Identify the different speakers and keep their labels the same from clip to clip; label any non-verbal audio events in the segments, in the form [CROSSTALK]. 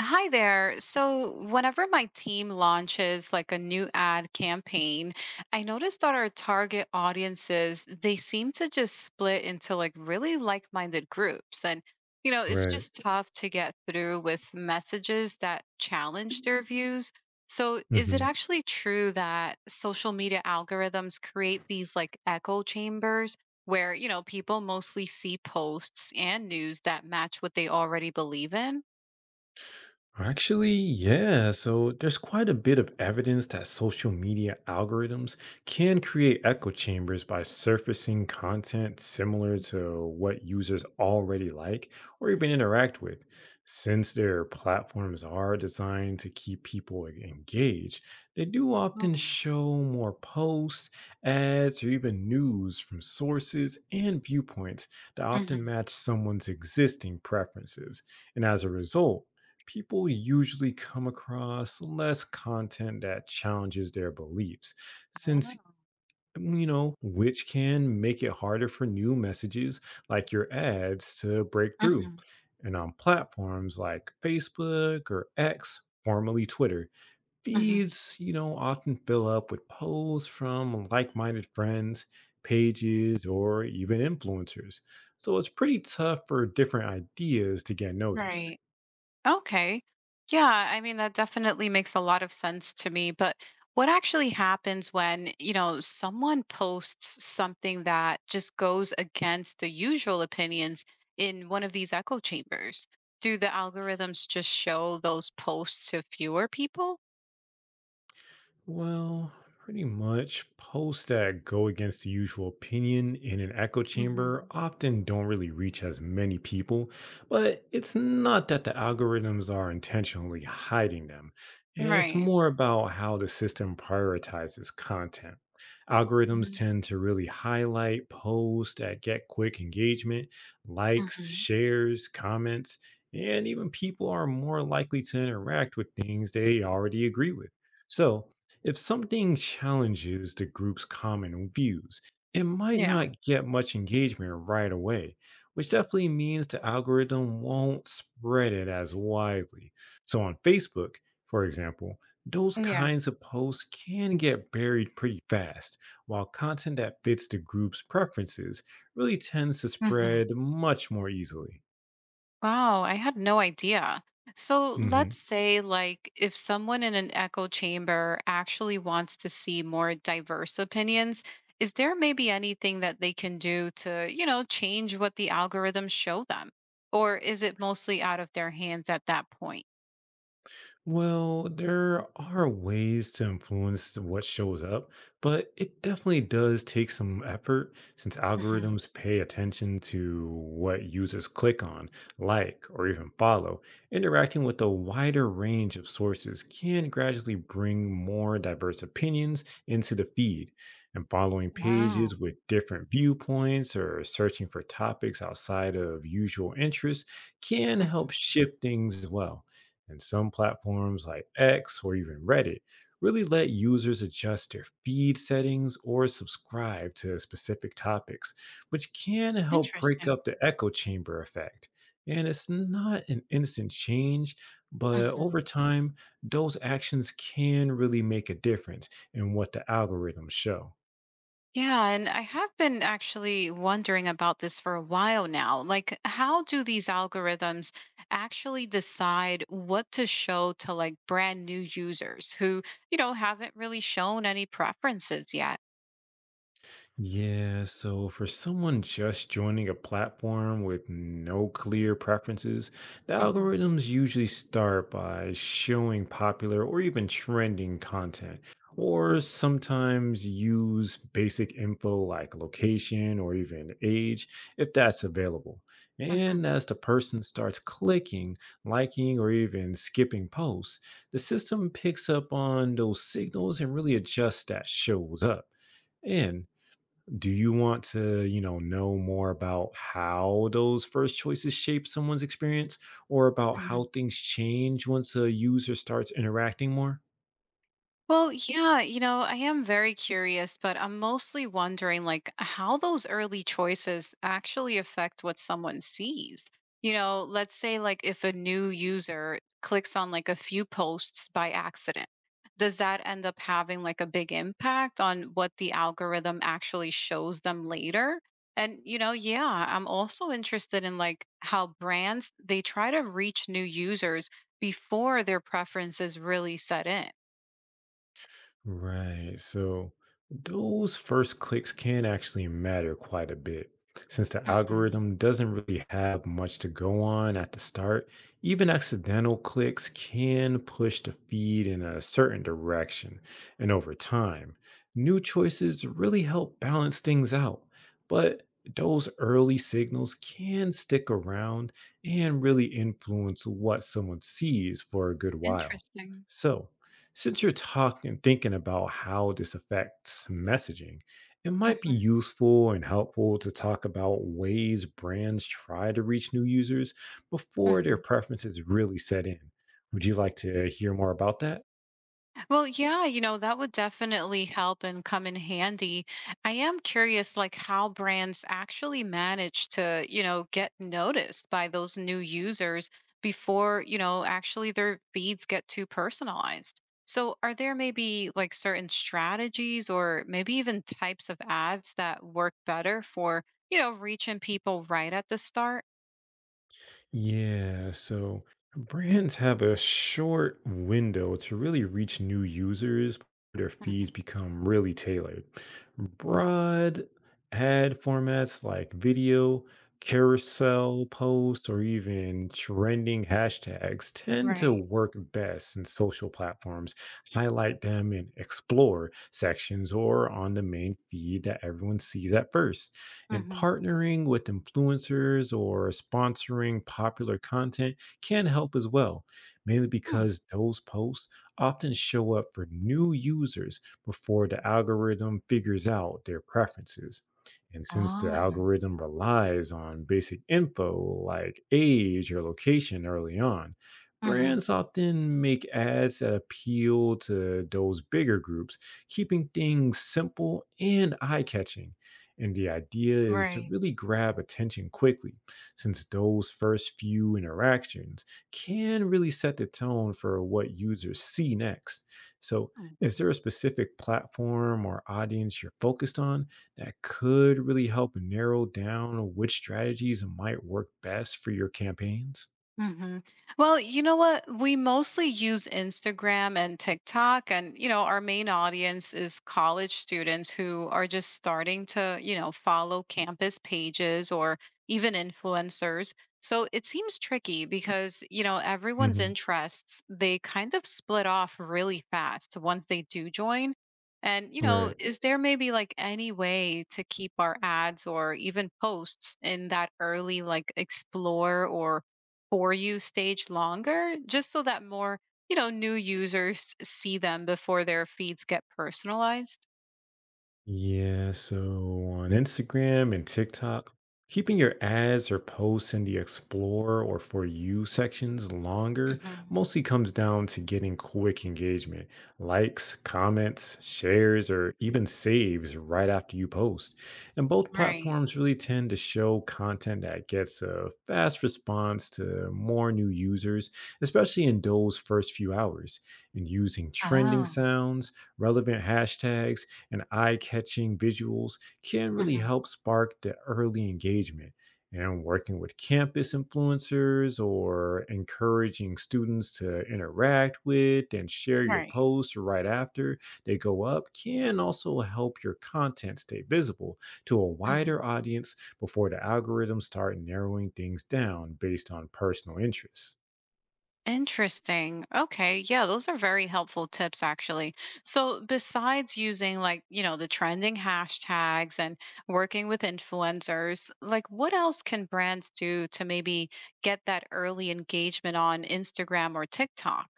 Speaker 1: Hi there. So, whenever my team launches a new ad campaign, I noticed that our target audiences, they seem to just split into really like-minded groups. And, it's
Speaker 2: Right.
Speaker 1: just tough to get through with messages that challenge their views. So, is it
Speaker 2: Mhm.
Speaker 1: actually true that social media algorithms create these echo chambers where, people mostly see posts and news that match what they already believe in?
Speaker 2: Actually, yeah. So there's quite a bit of evidence that social media algorithms can create echo chambers by surfacing content similar to what users already like or even interact with. Since their platforms are designed to keep people engaged, they do often
Speaker 1: Mm.
Speaker 2: show more posts, ads, or even news from sources and viewpoints that often
Speaker 1: Mhm.
Speaker 2: match someone's existing preferences. And as a result, people usually come across less content that challenges their beliefs since
Speaker 1: Oh.
Speaker 2: mm, you know which can make it harder for new messages like your ads to break through.
Speaker 1: Mhm.
Speaker 2: And on platforms like Facebook or X, formerly Twitter,
Speaker 1: Mhm.
Speaker 2: feeds often fill up with posts from like-minded friends, pages, or even influencers, so it's pretty tough for different ideas to get noticed.
Speaker 1: Right. Okay. Yeah, I mean, that definitely makes a lot of sense to me, but what actually happens when, someone posts something that just goes against the usual opinions in one of these echo chambers? Do the algorithms just show those posts to fewer people?
Speaker 2: Well, pretty much posts that go against the usual opinion in an echo chamber
Speaker 1: Mhm.
Speaker 2: often don't really reach as many people, but it's not that the algorithms are intentionally hiding them. And it's
Speaker 1: Right.
Speaker 2: more about how the system prioritizes content. Algorithms
Speaker 1: Mhm.
Speaker 2: tend to really highlight posts that get quick engagement, likes,
Speaker 1: Mhm.
Speaker 2: shares, comments, and even people are more likely to interact with things they already agree with. So, if something challenges the group's common views, it might
Speaker 1: Yeah.
Speaker 2: not get much engagement right away, which definitely means the algorithm won't spread it as widely. So on Facebook, for example, those
Speaker 1: Yeah.
Speaker 2: kinds of posts can get buried pretty fast, while content that fits the group's preferences really tends to spread much more easily.
Speaker 1: Wow, I had no idea. So let's
Speaker 2: Mm-hmm.
Speaker 1: say, like, if someone in an echo chamber actually wants to see more diverse opinions, is there maybe anything that they can do to, change what the algorithms show them? Or is it mostly out of their hands at that point?
Speaker 2: Well, there are ways to influence what shows up, but it definitely does take some effort since
Speaker 1: Hmm.
Speaker 2: algorithms pay attention to what users click on, like, or even follow. Interacting with a wider range of sources can gradually bring more diverse opinions into the feed, and following pages
Speaker 1: Wow.
Speaker 2: with different viewpoints or searching for topics outside of usual interests can help
Speaker 1: Mhm.
Speaker 2: shift things as well. And some platforms like X or even Reddit really let users adjust their feed settings or subscribe to specific topics, which can help break
Speaker 1: Interesting.
Speaker 2: up the echo chamber effect. And it's not an instant change, but over time, those actions can really make a difference in what the algorithms show.
Speaker 1: Yeah, and I have been actually wondering about this for a while now. Like, how do these algorithms actually decide what to show to brand new users who, haven't really shown any preferences yet?
Speaker 2: Yeah, so for someone just joining a platform with no clear preferences, the
Speaker 1: Mhm.
Speaker 2: algorithms usually start by showing popular or even trending content, or sometimes use basic info like location or even age if that's available. And as the person starts clicking, liking, or even skipping posts, the system picks up on those signals and really adjusts that shows up. And do you want to, know more about how those first choices shape someone's experience or about how
Speaker 1: Mhm.
Speaker 2: things change once a user starts interacting more?
Speaker 1: Well, yeah, I am very curious, but I'm mostly wondering how those early choices actually affect what someone sees. Let's say if a new user clicks on a few posts by accident, does that end up having a big impact on what the algorithm actually shows them later? And yeah, I'm also interested in how brands they try to reach new users before their preferences really set in.
Speaker 2: Right. So those first clicks can actually matter quite a bit since the
Speaker 1: Mhm.
Speaker 2: algorithm doesn't really have much to go on at the start. Even accidental clicks can push the feed in a certain direction. And over time, new choices really help balance things out. But those early signals can stick around and really influence what someone sees for a good while.
Speaker 1: Interesting.
Speaker 2: So, since you're thinking about how this affects messaging, it might be
Speaker 1: Mhm.
Speaker 2: useful and helpful to talk about ways brands try to reach new users before their
Speaker 1: Mhm.
Speaker 2: preferences really set in. Would you like to hear more about that?
Speaker 1: Well, yeah, that would definitely help and come in handy. I am curious, like, how brands actually manage to, get noticed by those new users before, actually their feeds get too personalized. So, are there maybe certain strategies or maybe even types of ads that work better for, reaching people right at the start?
Speaker 2: Yeah, so brands have a short window to really reach new users. Their
Speaker 1: Mhm.
Speaker 2: feeds become really tailored. Broad ad formats like video, carousel posts, or even trending hashtags tend to
Speaker 1: Right.
Speaker 2: work best in social platforms. Highlight them in explore sections or on the main feed that everyone sees at first. And
Speaker 1: Mm-hmm.
Speaker 2: partnering with influencers or sponsoring popular content can help as well, mainly
Speaker 1: Mm.
Speaker 2: because those posts often show up for new users before the algorithm figures out their preferences. And since the
Speaker 1: Ah.
Speaker 2: algorithm relies on basic info like age or location early on,
Speaker 1: Mm-hmm.
Speaker 2: brands often make ads that appeal to those bigger groups, keeping things simple and eye catching. And the idea is to
Speaker 1: Right.
Speaker 2: really grab attention quickly, since those first few interactions can really set the tone for what users see next. So,
Speaker 1: Oh.
Speaker 2: is there a specific platform or audience you're focused on that could really help narrow down which strategies might work best for your campaigns?
Speaker 1: Mm-hmm. Well, you know what? We mostly use Instagram and TikTok, and our main audience is college students who are just starting to, follow campus pages or even influencers. So it seems tricky because, everyone's
Speaker 2: Hmm.
Speaker 1: interests, they kind of split off really fast once they do join. And,
Speaker 2: Right.
Speaker 1: is there maybe any way to keep our ads or even posts in that early explore or For You stage longer, just so that more, new users see them before their feeds get personalized?
Speaker 2: Yeah, so on Instagram and TikTok, keeping your ads or posts in the Explore or For You sections longer
Speaker 1: Hmm.
Speaker 2: mostly comes down to getting quick engagement, likes, comments, shares, or even saves right after you post. And both
Speaker 1: Right.
Speaker 2: platforms really tend to show content that gets a fast response to more new users, especially in those first few hours. And using trending
Speaker 1: Oh.
Speaker 2: sounds, relevant hashtags, and eye catching visuals can really
Speaker 1: Hmm.
Speaker 2: help spark the early engagement. And working with campus influencers or encouraging students to interact with and share your
Speaker 1: Right.
Speaker 2: posts right after they go up can also help your content stay visible to a
Speaker 1: Hmm.
Speaker 2: wider audience before the algorithms start narrowing things down based on personal interests.
Speaker 1: Interesting. Okay, yeah, those are very helpful tips actually. So, besides using the trending hashtags and working with influencers, what else can brands do to maybe get that early engagement on Instagram or TikTok?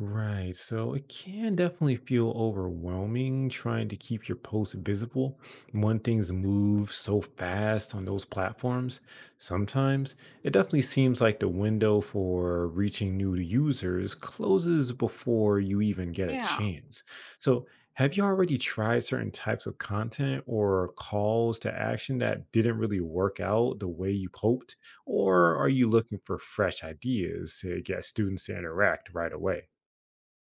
Speaker 2: Right. So it can definitely feel overwhelming trying to keep your posts visible when things move so fast on those platforms. Sometimes it definitely seems like the window for reaching new users closes before you even get a
Speaker 1: Yeah.
Speaker 2: chance. So, have you already tried certain types of content or calls to action that didn't really work out the way you hoped? Or are you looking for fresh ideas to get students to interact right away?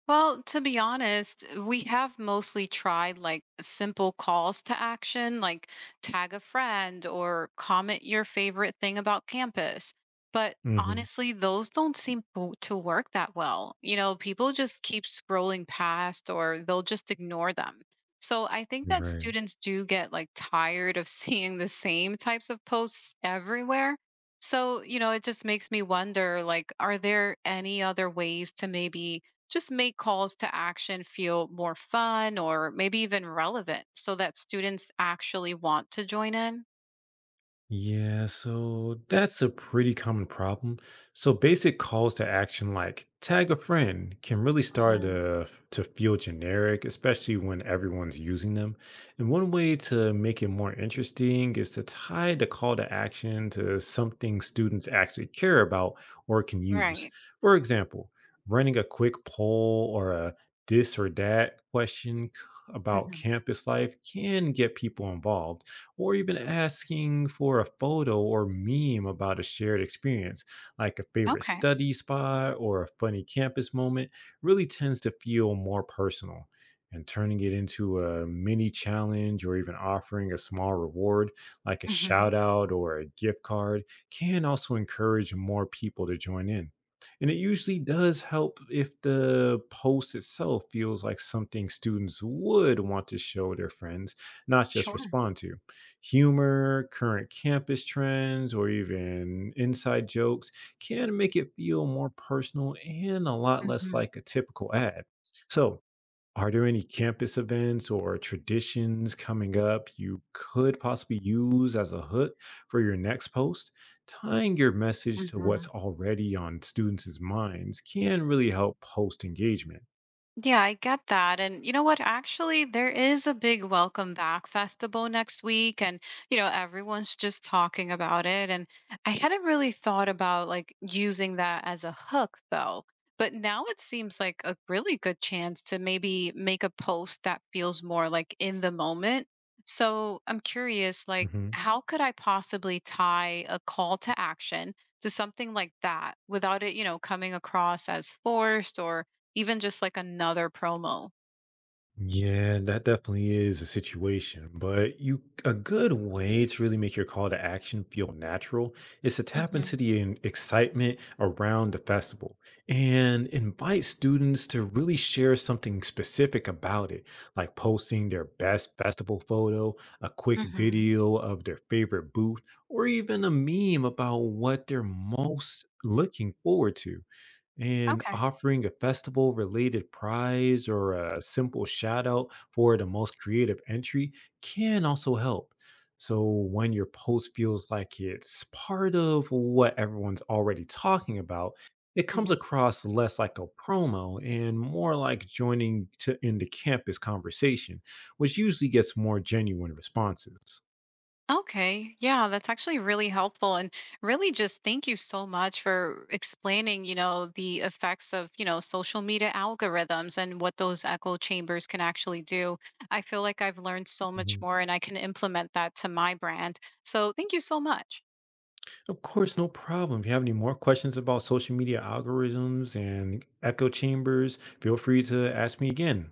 Speaker 1: Well, to be honest, we have mostly tried simple calls to action, like tag a friend or comment your favorite thing about campus. But
Speaker 2: Mhm.
Speaker 1: honestly, those don't seem to work that well. People just keep scrolling past or they'll just ignore them. So I think that
Speaker 2: Right.
Speaker 1: students do get tired of [LAUGHS] seeing the same types of posts everywhere. So, it just makes me wonder like, are there any other ways to maybe just make calls to action feel more fun or maybe even relevant so that students actually want to join in.
Speaker 2: Yeah, so that's a pretty common problem. So basic calls to action like tag a friend can really start
Speaker 1: Hmm.
Speaker 2: to feel generic, especially when everyone's using them. And one way to make it more interesting is to tie the call to action to something students actually care about or can use.
Speaker 1: Right.
Speaker 2: For example, running a quick poll or a this or that question about
Speaker 1: Hmm.
Speaker 2: campus life can get people involved, or even asking for a photo or meme about a shared experience, like a favorite
Speaker 1: Okay.
Speaker 2: study spot or a funny campus moment, really tends to feel more personal. And turning it into a mini challenge or even offering a small reward, like a
Speaker 1: Hmm.
Speaker 2: shout out or a gift card, can also encourage more people to join in. And it usually does help if the post itself feels like something students would want to show their friends, not just
Speaker 1: Sure.
Speaker 2: respond to. Humor, current campus trends, or even inside jokes can make it feel more personal and a lot less
Speaker 1: Hmm.
Speaker 2: like a typical ad. So, are there any campus events or traditions coming up you could possibly use as a hook for your next post? Tying your message to
Speaker 1: Hmm.
Speaker 2: what's already on students' minds can really help post engagement.
Speaker 1: Yeah, I get that. And you know what? Actually, there is a big welcome back festival next week, and everyone's just talking about it, and I hadn't really thought about using that as a hook though. But now it seems like a really good chance to maybe make a post that feels more like in the moment. So, I'm curious
Speaker 2: Mhm.
Speaker 1: how could I possibly tie a call to action to something like that without it, coming across as forced or even just like another promo.
Speaker 2: Yeah, that definitely is a situation. But you a good way to really make your call to action feel natural is to tap
Speaker 1: Mhm.
Speaker 2: into the excitement around the festival and invite students to really share something specific about it, like posting their best festival photo, a quick
Speaker 1: Mhm.
Speaker 2: video of their favorite booth, or even a meme about what they're most looking forward to, and
Speaker 1: Okay.
Speaker 2: offering a festival related prize or a simple shout out for the most creative entry can also help. So, when your post feels like it's part of what everyone's already talking about, it comes
Speaker 1: Mhm.
Speaker 2: across less like a promo and more like joining to in the campus conversation, which usually gets more genuine responses.
Speaker 1: Okay. Yeah, that's actually really helpful, and really just thank you so much for explaining, the effects of, social media algorithms and what those echo chambers can actually do. I feel like I've learned so much more and I can implement that to my brand. So, thank you so much.
Speaker 2: Of course, no problem. If you have any more questions about social media algorithms and echo chambers, feel free to ask me again.